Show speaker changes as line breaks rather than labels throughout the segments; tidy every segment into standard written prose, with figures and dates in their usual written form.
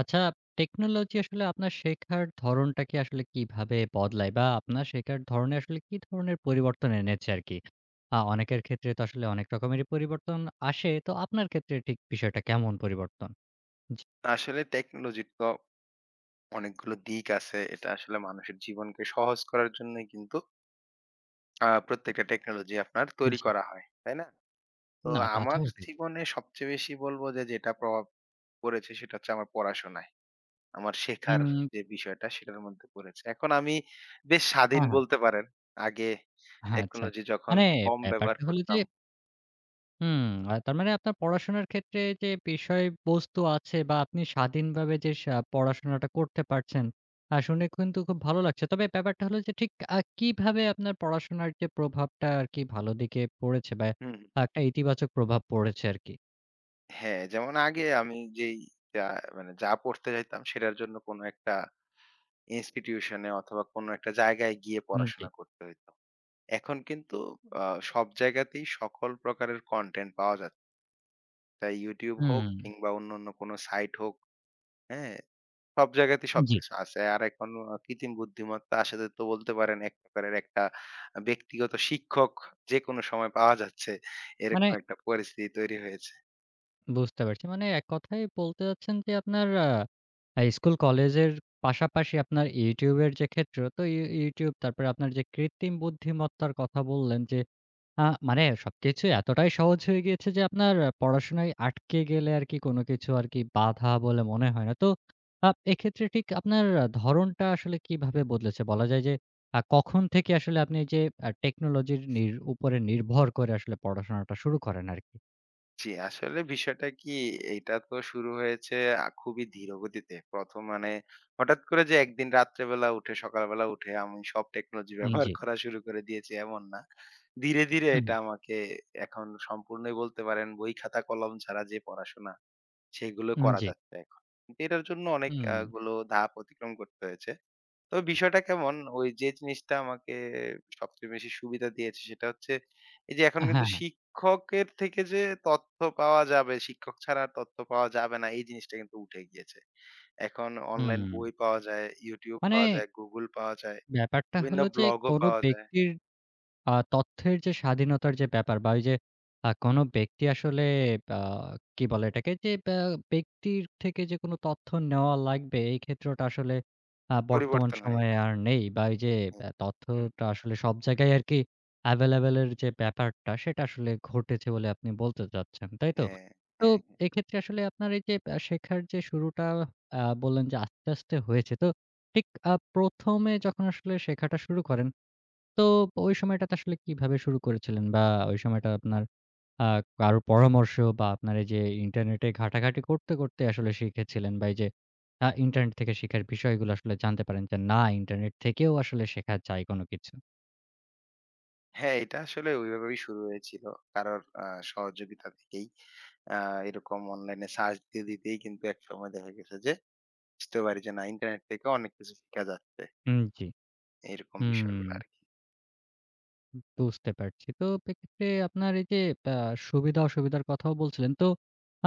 আচ্ছা, টেকনোলজি আসলে আপনার শেখার ধরনটাকে আসলে কিভাবে বদলায়? বা আপনার শেখার ধরনে আসলে কি ধরনের পরিবর্তন এনেছে আরকি? অনেকের ক্ষেত্রে তো আসলে অনেক রকমেরই পরিবর্তন আসে। তো আপনার ক্ষেত্রে ঠিক বিষয়টা কেমন পরিবর্তন? জি,
আসলে টেকনোলজির তো অনেকগুলো দিক আছে। এটা আসলে মানুষের জীবনকে সহজ করার জন্যই কিন্তু প্রত্যেকটা টেকনোলজি আপনার তৈরি
জি।
করা হয়। তাই না? তো
না তা তো
আমার
বটেই।
জীবনে সবচেয়ে বেশি বলব যে যেটা প্রভাব পড়েছে সেটা হচ্ছে আমার পড়াশোনায়। আমার শেখার
উম
যে বিষয়টা সেটার মধ্যে পড়েছে। এখন আমি বেশ স্বাধীন
হ্যাঁ, হ্যাঁ।
বলতে পারেন। আগে
হ্যাঁ, আচ্ছা।
টেকনোলজি যখন
মানে
কম ব্যবহার
ব্যাপারটা হলো যে
করতাম।
হুম, তার মানে আপনার পড়াশোনার ক্ষেত্রে যে বিষয়বস্তু আছে বা আপনি স্বাধীনভাবে যে পড়াশোনাটা করতে পারছেন, শুনে কিন্তু খুব ভালো লাগছে। তবে ব্যাপারটা হলো যে ঠিক কিভাবে আপনার পড়াশোনার যে প্রভাবটা আরকি ভালো দিকে পড়েছে বা
হুম,
একটা ইতিবাচক প্রভাব পড়েছে আরকি।
হ্যাঁ, যেমন আগে আমি যেই যা মানে যা পড়তে চাইতাম সেটার জন্য কোনো একটা ইনস্টিটিউশনে অথবা কোনো একটা জায়গায় গিয়ে
উম জি।
পড়াশোনা করতে হইতো। এখন কিন্তু আ সব জায়গাতেই সকল প্রকারের কনটেন্ট পাওয়া যাচ্ছে। তাই YouTube হোক
হুম,
কিংবা অন্যান্য কোনো সাইট হোক, হ্যাঁ? সব জায়গাতেই
জি।
সবকিছু আছে। আর এখন কৃত্রিম বুদ্ধিমত্তার সাথে তো বলতে পারেন এক প্রকারের একটা ব্যক্তিগত শিক্ষক যেকোনো সময় পাওয়া যাচ্ছে।
মানে
এরকম একটা পরিস্থিতি তৈরি হয়েছে।
বুঝতে পারছি। মানে এক কথায় বলতে চাচ্ছেন যে আপনার আ আ স্কুল কলেজের পাশাপাশি আপনার YouTube এর যে ক্ষেত্র, তো YouTube তারপরে আপনার যে কৃত্রিম বুদ্ধিমত্তার কথা বললেন যে আ মানে সবকিছু এতটাই সহজ হয়ে গিয়েছে যে আপনার পড়াশোনায় আটকে গেলে আরকি কোনো কিছু আরকি বাধা বলে মনে হয় না। তো এক্ষেত্রে ঠিক আপনার ধরণটা আসলে কিভাবে বদলেছে? বলা যায় যে কখন থেকে আসলে আপনি যে টেকনোলজির উপরে নির্ভর করে আসলে পড়াশোনাটা শুরু করেন আরকি?
জি, আসলে বিষয়টা কি এটা তো শুরু হয়েছে খুবই ধীর গতিতে। ১ম মানে হঠাৎ করে যে একদিন রাত্রেবেলা উঠে, সকালবেলা উঠে আমি সব টেকনোলজি
উম
ব্যবহার
জি।
করা শুরু করে দিয়েছি এমন না। ধীরে, ধীরে
হুম,
এটা আমাকে এখন সম্পূর্ণই বলতে পারেন বই খাতা কলম ছাড়া যে পড়াশোনা সেগুলো
হুম,
করা
জি।
যাচ্ছে এখন। কিন্তু এটার জন্য অনেক
হুম।
গুলো ধাপ অতিক্রম করতে হয়েছে। তবে বিষয়টা কেমন? ওই যে জিনিসটা আমাকে সবচেয়ে বেশি সুবিধা দিয়েছে সেটা হচ্ছে এই যে এখন
হ্যাঁ,
কিন্তু
হ্যাঁ।
শিক্ষকের থেকে যে তথ্য পাওয়া যাবে, শিক্ষক ছাড়া আর তথ্য পাওয়া যাবে না এই জিনিসটা কিন্তু উঠে গিয়েছে। এখন অনলাইন
হুম।
বই পাওয়া যায়, YouTube
মানে
পাওয়া যায়, Google পাওয়া যায়,
ব্যাপারটা
বিভিন্ন
হলো যে
ব্লগও
কোনো
পাওয়া যায়।
ব্যক্তির তথ্যের যে স্বাধীনতার যে ব্যাপার বা ওই যে কোনো ব্যক্তি আসলে আ কি বলে এটাকে? যে ব্যক্তির থেকে যে কোনো তথ্য নেওয়া লাগবে এই ক্ষেত্রটা আসলে বর্তমান
পরিবর্তন হয়ে
সময়ে
গেছে।
আর নেই। বা এই যে
হুম, হুম,
তথ্যটা আসলে সব জায়গায় আরকি available এর যে ব্যাপারটা সেটা আসলে ঘটেছে বলে আপনি বলতে চাচ্ছেন, তাই তো?
হ্যাঁ,
তো
হ্যাঁ।
এক্ষেত্রে আসলে আপনার এই যে শেখার যে শুরুটা বললেন যে আস্তে, আস্তে হয়েছে। তো ঠিক ১ম এ যখন আসলে শেখাটা শুরু করেন তো ওই সময়টাতে আসলে কিভাবে শুরু করেছিলেন? বা ওই সময়টা আপনার আ কারো পরামর্শ বা আপনার এই যে ইন্টারনেটে ঘাটাঘাটি করতে, করতে আসলে শিখেছিলেন বা এই যে ইন্টারনেট থেকে শেখার বিষয়গুলো আসলে জানতে পারেন যে না ইন্টারনেট থেকেও আসলে শেখা যায় কোনো কিছু?
হ্যাঁ, এটা আসলে ওইভাবেই শুরু হয়েছিল। কারোর সহযোগিতা থেকেই। আ এরকম অনলাইনে সার্চ দিতে, দিতেই কিন্তু একসময় দেখা গেছে যে বুঝতে পারি যে না ইন্টারনেট থেকে অনেক কিছু শিখা যাচ্ছে।
উম জি।
এইরকম
হুম।
বিষয়গুলো আরকি।
বুঝতে পারছি। তো এক্ষেত্রে আপনার এই যে আ সুবিধা-অসুবিধার কথাও বলছিলেন। তো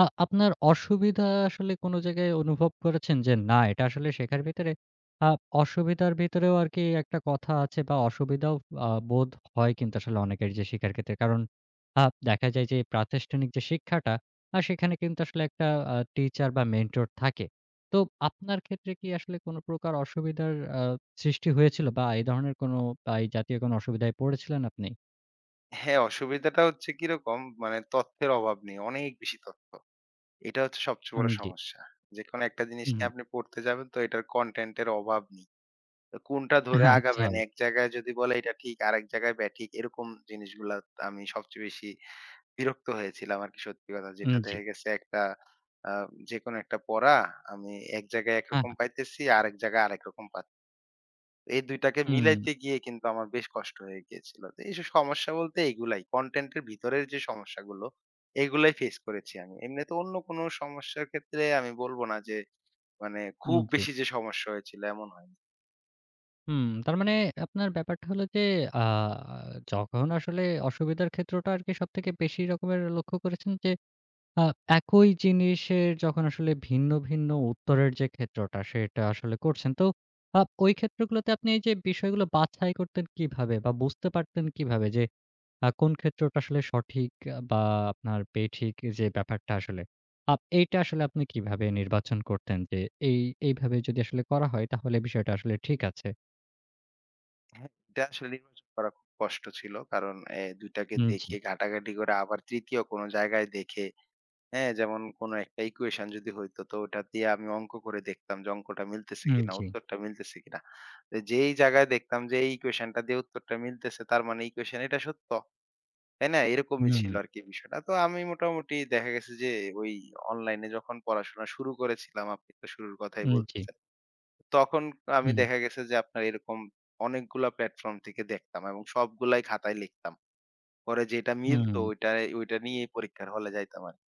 আপনার অসুবিধা আসলে কোন জায়গায় অনুভব করেছেন যে না এটা আসলে শেখার ভিতরে আ অসুবিধার ভিতরেও আরকি একটা কথা আছে বা অসুবিধাও বোধ হয় কিন্তু আসলে অনেকের যে শিক্ষার ক্ষেত্রে। কারণ আ দেখা যায় যে প্রাতিষ্ঠানিক যে শিক্ষাটা সেখানে কিন্তু আসলে একটা টিচার বা মেন্টর থাকে। তো আপনার ক্ষেত্রে কি আসলে কোনো প্রকার অসুবিধার সৃষ্টি হয়েছিল বা এই ধরনের কোনো বা এই জাতীয় কোনো অসুবিধায় পড়েছিলেন আপনি?
হ্যাঁ, অসুবিধাটা হচ্ছে কিরকম মানে তথ্যের অভাব নেই। অনেক বেশি তথ্য। এটা হচ্ছে সবচেয়ে
উম
বড়
জি।
সমস্যা। যেকোনো একটা জিনিস
উহু।
নিয়ে আপনি পড়তে যাবেন তো এটার কনটেন্ট এর অভাব নেই। তো কোনটা ধরে
আচ্ছা।
আগাবেন? এক জায়গায় যদি বলে এটা ঠিক, আরেক জায়গায় ব্যাঠিক এরকম জিনিসগুলা আমি সবচেয়ে বেশি বিরক্ত হয়েছিলাম আরকি সত্যি কথা।
উম
যেটা
জি।
দেখা গেছে একটা আ যেকোনো একটা পড়া আমি এক জায়গায়
হ্যাঁ,
একরকম
হ্যাঁ।
পাইতেছি, আরেক জায়গায় আরেক রকম পাচ্ছি। এই ২ টাকে
হুম,
মিলাইতে গিয়ে কিন্তু আমার বেশ কষ্ট হয়ে গিয়েছিল। তো এইসব সমস্যা বলতে এগুলাই। কনটেন্ট এর ভিতরের যে সমস্যাগুলো, এগুলাই ফেস করেছি আমি। এমনিতে অন্য কোনো সমস্যার ক্ষেত্রে আমি বলব না যে মানে খুব
উম জি।
বেশি যে সমস্যা হয়েছিল এমন হয়নি।
হুম, তার মানে আপনার ব্যাপারটা হলো যে আ যখন আসলে অসুবিধার ক্ষেত্রটা আরকি সবথেকে বেশি রকমের লক্ষ্য করেছেন যে আ একই জিনিসের যখন আসলে ভিন্ন, ভিন্ন উত্তরের যে ক্ষেত্রটা, সেটা আসলে করছেন। তো ওই ক্ষেত্রগুলোতে আপনি এই যে বিষয়গুলো বাছাই করতেন কিভাবে? বা বুঝতে পারতেন কিভাবে যে কোন ক্ষেত্রটা আসলে সঠিক বা আপনার বেঠিক যে ব্যাপারটা আসলে? এইটা আসলে আপনি কিভাবে নির্বাচন করতেন যে এই এইভাবে যদি আসলে করা হয় তাহলে বিষয়টা আসলে ঠিক আছে?
হ্যাঁ। এটা আসলে নির্বাচন করা খুব কষ্ট ছিল। কারণ এ ২ টাকে
উম জি,
দেখে ঘাটাঘাটি করে আবার ৩য় কোনো জায়গায় দেখে, হ্যাঁ, যেমন কোনো একটা ইকুয়েশন যদি হইতো তো ওটা দিয়ে আমি অঙ্ক করে দেখতাম যে অঙ্কটা মিলতেছে
উম
কিনা,
জি,
উত্তরটা মিলতেছে কিনা। তো যেই জায়গায় দেখতাম যে এই ইকুয়েশনটা দিয়ে উত্তরটা মিলতেছে তার মানে ইকুয়েশন এটা সত্য। তাই না? এরকমই
হুম,
ছিল আরকি বিষয়টা। তো আমি মোটামুটি দেখা গেছে যে ওই অনলাইনে যখন পড়াশোনা শুরু করেছিলাম, আপনি তো শুরুর কথাই
উম জি,
বলতেছেন। তখন আমি
উহু,
দেখা গেছে যে আপনার এরকম অনেকগুলা প্ল্যাটফর্ম থেকে দেখতাম এবং সবগুলাই খাতায় লিখতাম। পরে যেটা
হুম।
মিলতো ওইটা, ওইটা নিয়ে পরীক্ষার হলে যাইতাম আরকি।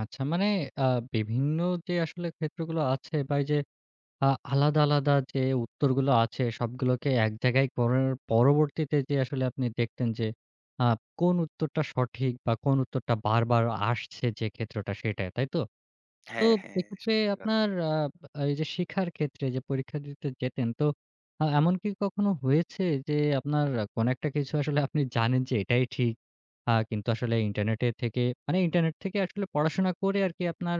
আচ্ছা মানে আ বিভিন্ন যে আসলে ক্ষেত্রগুলো আছে বা এই যে আ আলাদা, আলাদা যে উত্তরগুলো আছে সবগুলোকে এক জায়গায় করার পরবর্তীতে যে আসলে আপনি দেখতেন যে আ কোন উত্তরটা সঠিক বা কোন উত্তরটা বারবার আসছে যে ক্ষেত্রটা সেটা, তাই তো? তো
হ্যাঁ, হ্যাঁ।
এক্ষেত্রে
সত্যি কথা।
আপনার এই যে শিখার ক্ষেত্রে যে পরীক্ষা দিতে যেতেন তো এমন কি কখনো হয়েছে যে আপনার কোন একটা কিছু আসলে আপনি জানেন যে এটাই ঠিক। কিন্তু আসলে ইন্টারনেটে থেকে মানে ইন্টারনেট থেকে আসলে পড়াশোনা করে আরকি আপনার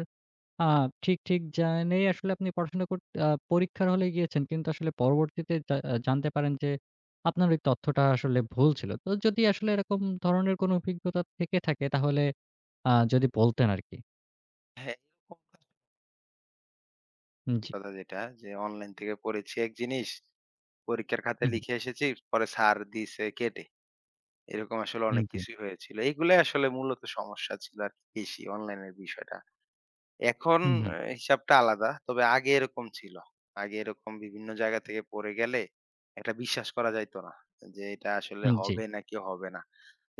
আ ঠিক, ঠিক জেনেই আসলে আপনি পড়াশোনা কর আ পরীক্ষার হলে গিয়েছেন। কিন্তু আসলে পরবর্তীতে জা আ জানতে পারেন যে আপনার ওই তথ্যটা আসলে ভুল ছিল। তো যদি আসলে এরকম ধরনের কোনো অভিজ্ঞতা থেকে থাকে তাহলে যদি বলতেন আরকি।
হ্যাঁ, এরকম
উম
সত্যি
জি।
কথা যেটা যে অনলাইন থেকে পড়েছি এক জিনিস, পরীক্ষার খাতায়
হুম,
লিখে এসেছি, পরে স্যার দিছে কেটে। এরকম আসলে
হুম,
অনেক
জি।
কিছুই হয়েছিল। এগুলাই আসলে মূলত সমস্যা ছিল আরকি বেশি অনলাইনের বিষয়টা। এখন
হুম, হুম,
হিসাবটা আলাদা। তবে আগে এরকম ছিল। আগে এরকম বিভিন্ন জায়গা থেকে পড়ে গেলে এটা বিশ্বাস করা যাইত না। যে এটা আসলে
উম জি।
হবে নাকি হবে না।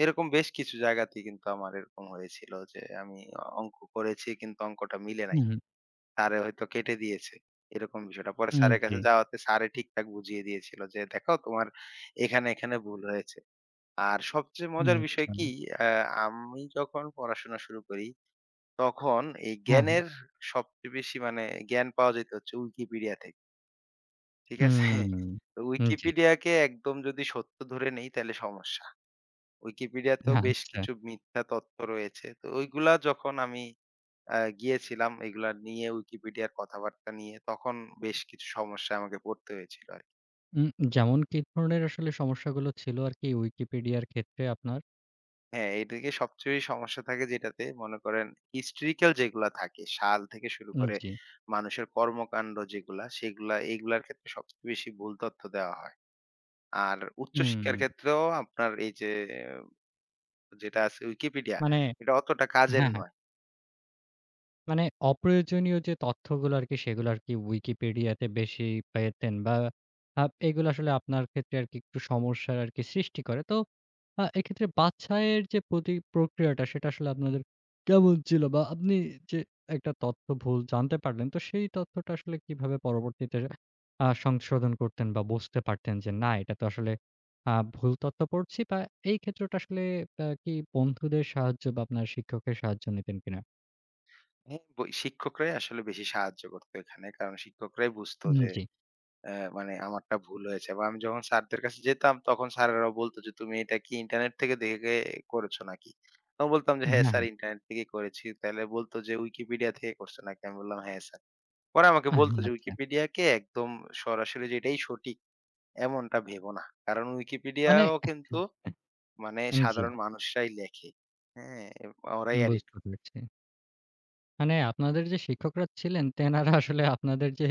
এরকম বেশ কিছু জায়গাতেই কিন্তু আমার এরকম হয়েছিল যে আমি অঙ্ক করেছি কিন্তু অঙ্কটা মিলে
হুম,
নাই।
হুম,
স্যারে হয়তো কেটে দিয়েছে। এরকম বিষয়টা। পরে
উম
স্যারের
জি।
কাছে যাওয়াতে স্যারে ঠিকঠাক বুঝিয়ে দিয়েছিল যে, "দেখো তোমার এখানে, এখানে ভুল হয়েছে।" আর সবচেয়ে
উম
মজার বিষয়
আচ্ছা।
কি? আ আমি যখন পড়াশোনা শুরু করি, তখন এই
হ্যাঁ, হ্যাঁ।
জ্ঞানের সবচেয়ে বেশি মানে জ্ঞান পাওয়া যেত হচ্ছে Wikipedia থেকে। ঠিক আছে?
উম
তো
উম জি।
Wikipedia-কে একদম যদি সত্য ধরে নেই তাহলে সমস্যা। Wikipedia-তেও বেশ
আচ্ছা।
কিছু মিথ্যা তথ্য রয়েছে। তো ওইগুলা যখন আমি গিয়েছিলাম এগুলা নিয়ে Wikipedia র কথাবার্তা নিয়ে তখন বেশ কিছু সমস্যায় আমাকে পড়তে হয়েছিল আরকি।
উম যেমন কি ধরনের আসলে সমস্যাগুলো ছিল আরকি Wikipedia র ক্ষেত্রে আপনার?
হ্যাঁ, এদিকে সবচেয়ে বেশি সমস্যা থাকে যেটাতে মনে করেন historical যেগুলা থাকে সাল থেকে শুরু
উম
করে
জি।
মানুষের কর্মকাণ্ড যেগুলা সেগুলা এগুলার ক্ষেত্রে সবচেয়ে বেশি ভুল তথ্য দেওয়া হয়। আর
হুম,
উচ্চশিক্ষার ক্ষেত্রেও আপনার এই যে আহ, যেটা আছে Wikipedia
মানে
এটা অতটা কাজের
হ্যাঁ, হ্যাঁ।
নয়।
মানে অপ্রয়োজনীয় যে তথ্যগুলো আরকি সেগুলো আরকি Wikipedia তে বেশি পেতেন বা এগুলো আসলে আপনার ক্ষেত্রে আরকি একটু সমস্যার আরকি সৃষ্টি করে। তো এক্ষেত্রে বাছাইয়ের যে প্রতি প্রক্রিয়াটা সেটা আসলে আপনাদের কেমন ছিল? বা আপনি যে একটা তথ্য ভুল জানতে পারলেন তো সেই তথ্যটা আসলে কিভাবে পরবর্তীতে সংশোধন করতেন বা বুঝতে পারতেন যে না এটা তো আসলে ভুল তথ্য পড়ছি বা এই ক্ষেত্রটা আসলে কি বন্ধুদের সাহায্য বা আপনার শিক্ষকের সাহায্য নিতেন কিনা?
হ্যাঁ, বই শিক্ষকরাই আসলে বেশি সাহায্য করতো এখানে। কারণ শিক্ষকরাই বুঝতো
উম
যে
জি।
মানে আমারটা ভুল হয়েছে বা আমি যখন স্যারদের কাছে যেতাম তখন স্যারেরা বলত যে, "তুমি এটা কি ইন্টারনেট থেকে দেখে করেছো নাকি?" আমি বলতাম যে, "হ্যাঁ
হ্যাঁ,
স্যার
হ্যাঁ।
ইন্টারনেট থেকেই করেছি।" তাইলে বলত যে, "উইকিপিডিয়া থেকে করছো নাকি?" আমি বললাম, "হ্যাঁ স্যার।" পরে আমাকে বলত যে,
আচ্ছা।
"উইকিপিডিয়াকে একদম সরাসরি যে এটাই সঠিক এমনটা ভেবো না। কারণ
মানে
উইকিপিডিয়াও কিন্তু মানে
জি,
সাধারণ মানুষরাই লেখে। হ্যাঁ? ওরাই এডিট।"
বুঝতে পেরেছি। মানে আপনাদের যে শিক্ষকরা ছিলেন তেনারা আসলে আপনাদের যে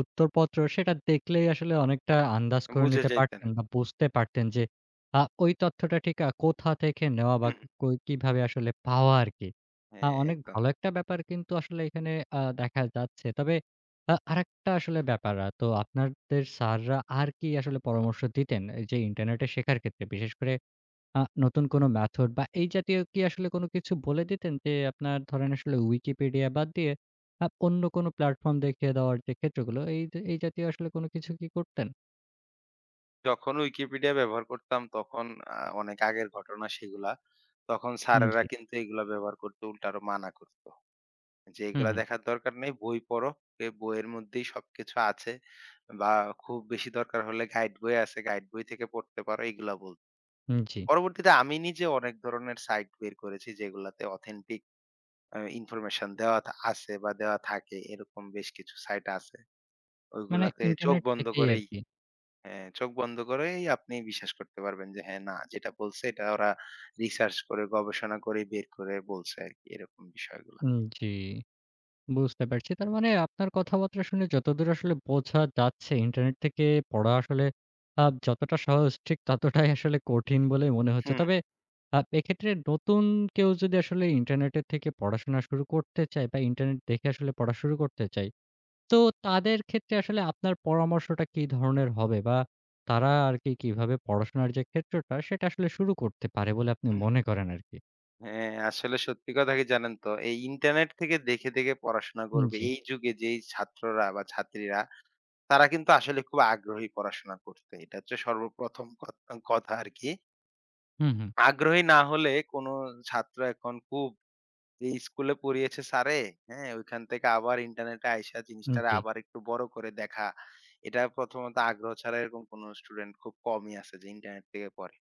উত্তরপত্র সেটা দেখলেই আসলে অনেকটা আন্দাজ করে
বুঝে
নিতে
যাইতেন।
পারতেন বা বুঝতে পারতেন যে ওই তথ্যটা ঠিক কোথা থেকে নেওয়া বা
হুম,
কই কিভাবে আসলে পাওয়া আরকি।
হ্যাঁ,
অনেক
একদম।
ভালো একটা ব্যাপার কিন্তু আসলে এখানে দেখা যাচ্ছে। তবে আরেকটা আসলে ব্যাপার তো আপনাদের স্যাররা আর কি আসলে পরামর্শ দিতেন? এই যে ইন্টারনেটে শেখার ক্ষেত্রে বিশেষ করে নতুন কোনো মেথড বা এই জাতীয় কি আসলে কোনো কিছু বলে দিতেন? যে আপনার ধরেন আসলে Wikipedia বাদ দিয়ে অন্য কোনো প্ল্যাটফর্ম দেখিয়ে দেওয়ার যে ক্ষেত্রগুলো, এই এই জাতীয় আসলে কোনো কিছু কি করতেন?
যখন Wikipedia ব্যবহার করতাম তখন অনেক আগের ঘটনা সেগুলা। তখন
উম
স্যারেরা
জি।
কিন্তু এগুলা ব্যবহার করতে উল্টা আরো মানা করত। যে
হুম,
এগুলা
হুম।
দেখার দরকার নেই, বই পড়ো। এ বইয়ের মধ্যেই সবকিছু আছে। বা খুব বেশি দরকার হলে গাইড বই আছে, গাইড বই থেকে পড়তে পারো এগুলা বলত।
উম জি।
পরবর্তীতে আমি নিজে অনেক ধরনের সাইট বের করেছি যেগুলাতে অথেন্টিক ইনফরমেশন দেওয়া থা আছে বা দেওয়া থাকে এরকম বেশ কিছু সাইট আছে।
মানে
ওইগুলাতে চোখ
ইন্টারনেট
বন্ধ
থেকেই
করেই,
আরকি।
হ্যাঁ, চোখ বন্ধ করেই আপনি বিশ্বাস করতে পারবেন যে হ্যাঁ, না যেটা বলছে এটা ওরা রিসার্চ করে গবেষণা করে বের করে বলছে আরকি এরকম বিষয়গুলা।
উম জি। বুঝতে পারছি। তার মানে আপনার কথাবার্তা শুনে যতদূর আসলে বোঝা যাচ্ছে ইন্টারনেট থেকে পড়া আসলে যতটা সহজ ঠিক ততটাই আসলে কঠিন বলেই মনে হচ্ছে।
হুম,
তবে এক্ষেত্রে নতুন কেউ যদি আসলে ইন্টারনেটের থেকে পড়াশোনা শুরু করতে চায় বা ইন্টারনেট দেখে আসলে পড়া শুরু করতে চায়, তো তাদের ক্ষেত্রে আসলে আপনার পরামর্শটা কি ধরনের হবে? বা তারা আরকি কিভাবে পড়াশোনার যে ক্ষেত্রটা সেটা আসলে শুরু করতে পারে বলে আপনি
হুম।
মনে করেন আরকি?
হ্যাঁ, আসলে সত্যি কথা কি জানেন তো এই ইন্টারনেট থেকে দেখে, দেখে পড়াশোনা করবে
জি।
এই যুগে যেই ছাত্ররা বা ছাত্রীরা তারা কিন্তু আসলে খুব আগ্রহী পড়াশোনা করতে। এটা হচ্ছে সর্বপ্রথম কথা আরকি।
হুম, হুম।
আগ্রহী না হলে কোন ছাত্র এখন খুব এই স্কুলে পড়িয়েছে স্যারে, হ্যাঁ? ওইখান থেকে আবার ইন্টারনেটে আইসা জিনিসটারে
জি।
আবার একটু বড় করে দেখা। এটা প্রথমত আগ্রহ ছাড়া এরকম কোন স্টুডেন্ট খুব কমই আছে যে ইন্টারনেট থেকে পড়ে।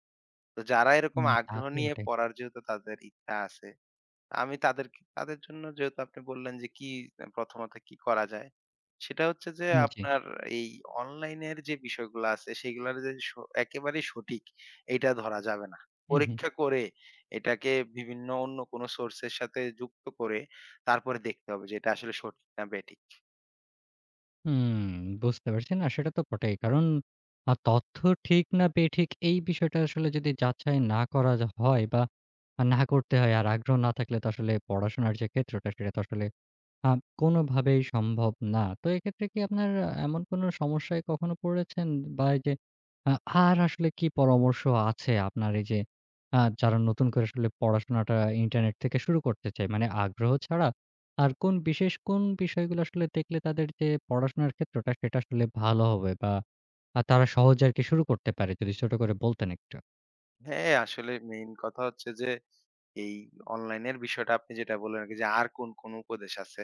তো যারা এরকম
হুম, তা
আগ্রহ
তো
নিয়ে
বটে।
পড়ার যেহেতু তাদের ইচ্ছা আছে আমি তাদেরকে তাদের জন্য যেহেতু আপনি বললেন যে কি প্রথমত কি করা যায়? সেটা হচ্ছে যে
জি।
আপনার এই অনলাইনের যে বিষয়গুলো আছে সেগুলার যে স একেবারেই সঠিক এটা ধরা যাবে না।
হুম, হুম।
পরীক্ষা করে এটাকে বিভিন্ন অন্য কোন সোর্স এর সাথে যুক্ত করে তারপরে দেখতে হবে যে এটা আসলে সঠিক না বেঠিক।
হুম, বুঝতে পারছি। না, সেটা তো বটেই। কারণ তথ্য ঠিক না বেঠিক এই বিষয়টা আসলে যদি যাচাই না করা যা হয় বা না করতে হয় আর আগ্রহ না থাকলে তো আসলে পড়াশোনার যে ক্ষেত্রটা সেটা তো আসলে আ কোনোভাবেই সম্ভব না। তো এক্ষেত্রে কি আপনার এমন কোনো সমস্যায় কখনো পড়েছেন? বা এই যে আ আর আসলে কি পরামর্শ আছে আপনার এই যে যারা নতুন করে আসলে পড়াশোনাটা ইন্টারনেট থেকে শুরু করতে চায়, মানে আগ্রহ ছাড়া আর কোন বিশেষ কোন বিষয়গুলো আসলে দেখলে তাদের যে পড়াশোনার ক্ষেত্রটা সেটা আসলে ভালো হবে বা তারা সহজে আরকি শুরু করতে পারে? যদি ছোট করে বলতেন একটু।
হ্যাঁ, আসলে মেইন কথা হচ্ছে যে এই অনলাইনের বিষয়টা আপনি যেটা বললেন আরকি যে আর কোন, কোন উপদেশ আছে?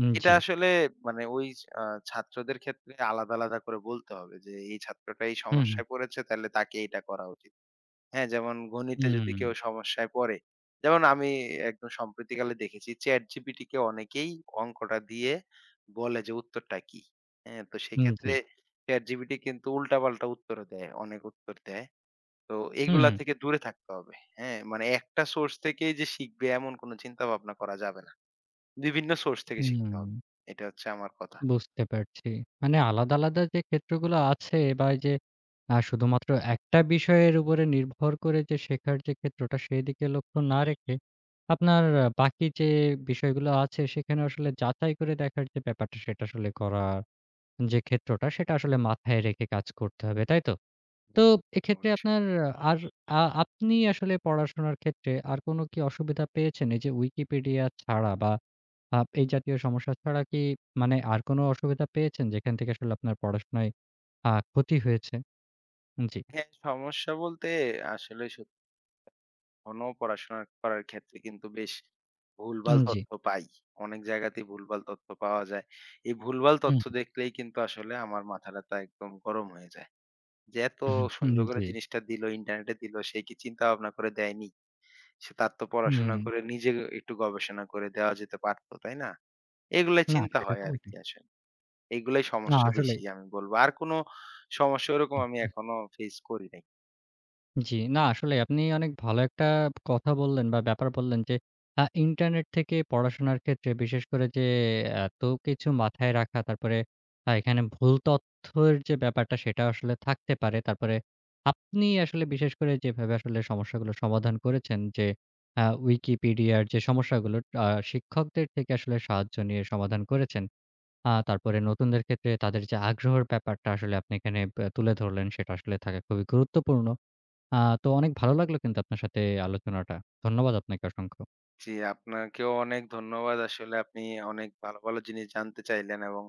উম
এটা
জি।
আসলে মানে ওই আ ছাত্রদের ক্ষেত্রে আলাদা, আলাদা করে বলতে হবে যে, এই ছাত্রটা এই
হুম, হুম।
সমস্যায় পড়েছে তাহলে তাকে এটা করা উচিত। হ্যাঁ, যেমন গণিতে
হুম,
যদি
হুম।
কেউ সমস্যায় পড়ে, যেমন আমি একদম সম্প্রতিকালে দেখেছি ChatGPT কে অনেকেই অঙ্কটা দিয়ে বলে যে উত্তরটা কি? হ্যাঁ, তো
জি।
সেক্ষেত্রে ChatGPT কিন্তু উল্টাপাল্টা উত্তরও দেয়, অনেক উত্তর দেয়। তো
হুম,
এগুলা
হুম।
থেকে দূরে থাকতে হবে। হ্যাঁ, মানে একটা সোর্স থেকেই যে শিখবে এমন কোন চিন্তা ভাবনা করা যাবে না। বিভিন্ন সোর্স থেকে শিখতে
হুম।
হবে। এটা হচ্ছে আমার কথা।
বুঝতে পারছি। মানে আলাদা, আলাদা যে ক্ষেত্রগুলো আছে বা এই যে শুধুমাত্র একটা বিষয়ের উপরে নির্ভর করে যে শেখার যে ক্ষেত্রটা সেদিকে লক্ষ্য না রেখে আপনার বাকি যে বিষয়গুলো আছে সেখানে আসলে যাচাই করে দেখার যে ব্যাপারটা সেটা আসলে করার যে ক্ষেত্রটা সেটা আসলে মাথায় রেখে কাজ করতে হবে, তাই তো? তো এক্ষেত্রে
অবশ্যই।
আপনার আর আপনি আসলে পড়াশোনার ক্ষেত্রে আর কোনো কি অসুবিধা পেয়েছেন? এই যে Wikipedia ছাড়া বা এই জাতীয় সমস্যা ছাড়া কি মানে আর কোনো অসুবিধা পেয়েছেন যেখান থেকে আসলে আপনার পড়াশোনায় ক্ষতি হয়েছে? জি,
হ্যাঁ, সমস্যা বলতে আসলে এখনো পড়াশোনা করার ক্ষেত্রে কিন্তু বেশ ভুলভাল
উম জি,
তথ্য পাই। অনেক জায়গাতেই ভুলভাল তথ্য পাওয়া যায়। এই ভুলভাল তথ্য
উম
দেখলেই কিন্তু আসলে আমার মাথাটাথা একদম গরম হয়ে যায়। যে এত
হুম,
সুন্দর করে
জি,
জিনিসটা দিল, ইন্টারনেটে দিল, সে কি চিন্তা ভাবনা করে দেয়নি? সে তার তো
হুম।
পড়াশোনা করে নিজে একটু গবেষণা করে দেওয়া যেতে পারত, তাই না? এগুলাই
না
চিন্তা
সেটা
হয়
তো
আরকি
বটেই।
আসলে। এগুলাই
না
সমস্যা বেশি
আসলেই।
আমি বলব। আর কোনো সমস্যা ওরকম আমি এখনো ফেস করি নাই।
জি, না আসলে আপনি অনেক ভালো একটা কথা বললেন বা ব্যাপার বললেন যে ইন্টারনেট থেকে পড়াশোনার ক্ষেত্রে বিশেষ করে যে এত কিছু মাথায় রাখা তারপরে এখানে ভুল তথ্যের যে ব্যাপারটা সেটা আসলে থাকতে পারে। তারপরে আপনি আসলে বিশেষ করে যেভাবে আসলে সমস্যাগুলো সমাধান করেছেন যে Wikipedia র যে সমস্যাগুলো শিক্ষকদের থেকে আসলে সাহায্য নিয়ে সমাধান করেছেন। তারপরে নতুনদের ক্ষেত্রে তাদের যে আগ্রহের ব্যাপারটা আসলে আপনি এখানে তুলে ধরলেন সেটা আসলে থাকা খুবই গুরুত্বপূর্ণ। আ তো অনেক ভালো লাগলো কিন্তু আপনার সাথে আলোচনাটা। ধন্যবাদ আপনাকে অসংখ্য।
জি, আপনাকেও অনেক ধন্যবাদ। আসলে আপনি অনেক ভালো, ভালো জিনিস জানতে চাইলেন এবং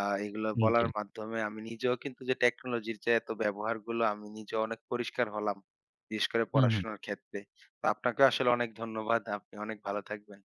এগুলো
উম জি।
বলার মাধ্যমে আমি নিজেও কিন্তু যে টেকনোলজির যে এত ব্যবহারগুলো আমি নিজেও অনেক পরিষ্কার হলাম। বিশেষ করে
হুম, হুম।
পড়াশোনার ক্ষেত্রে। তো আপনাকেও আসলে অনেক ধন্যবাদ। আপনি অনেক ভালো থাকবেন।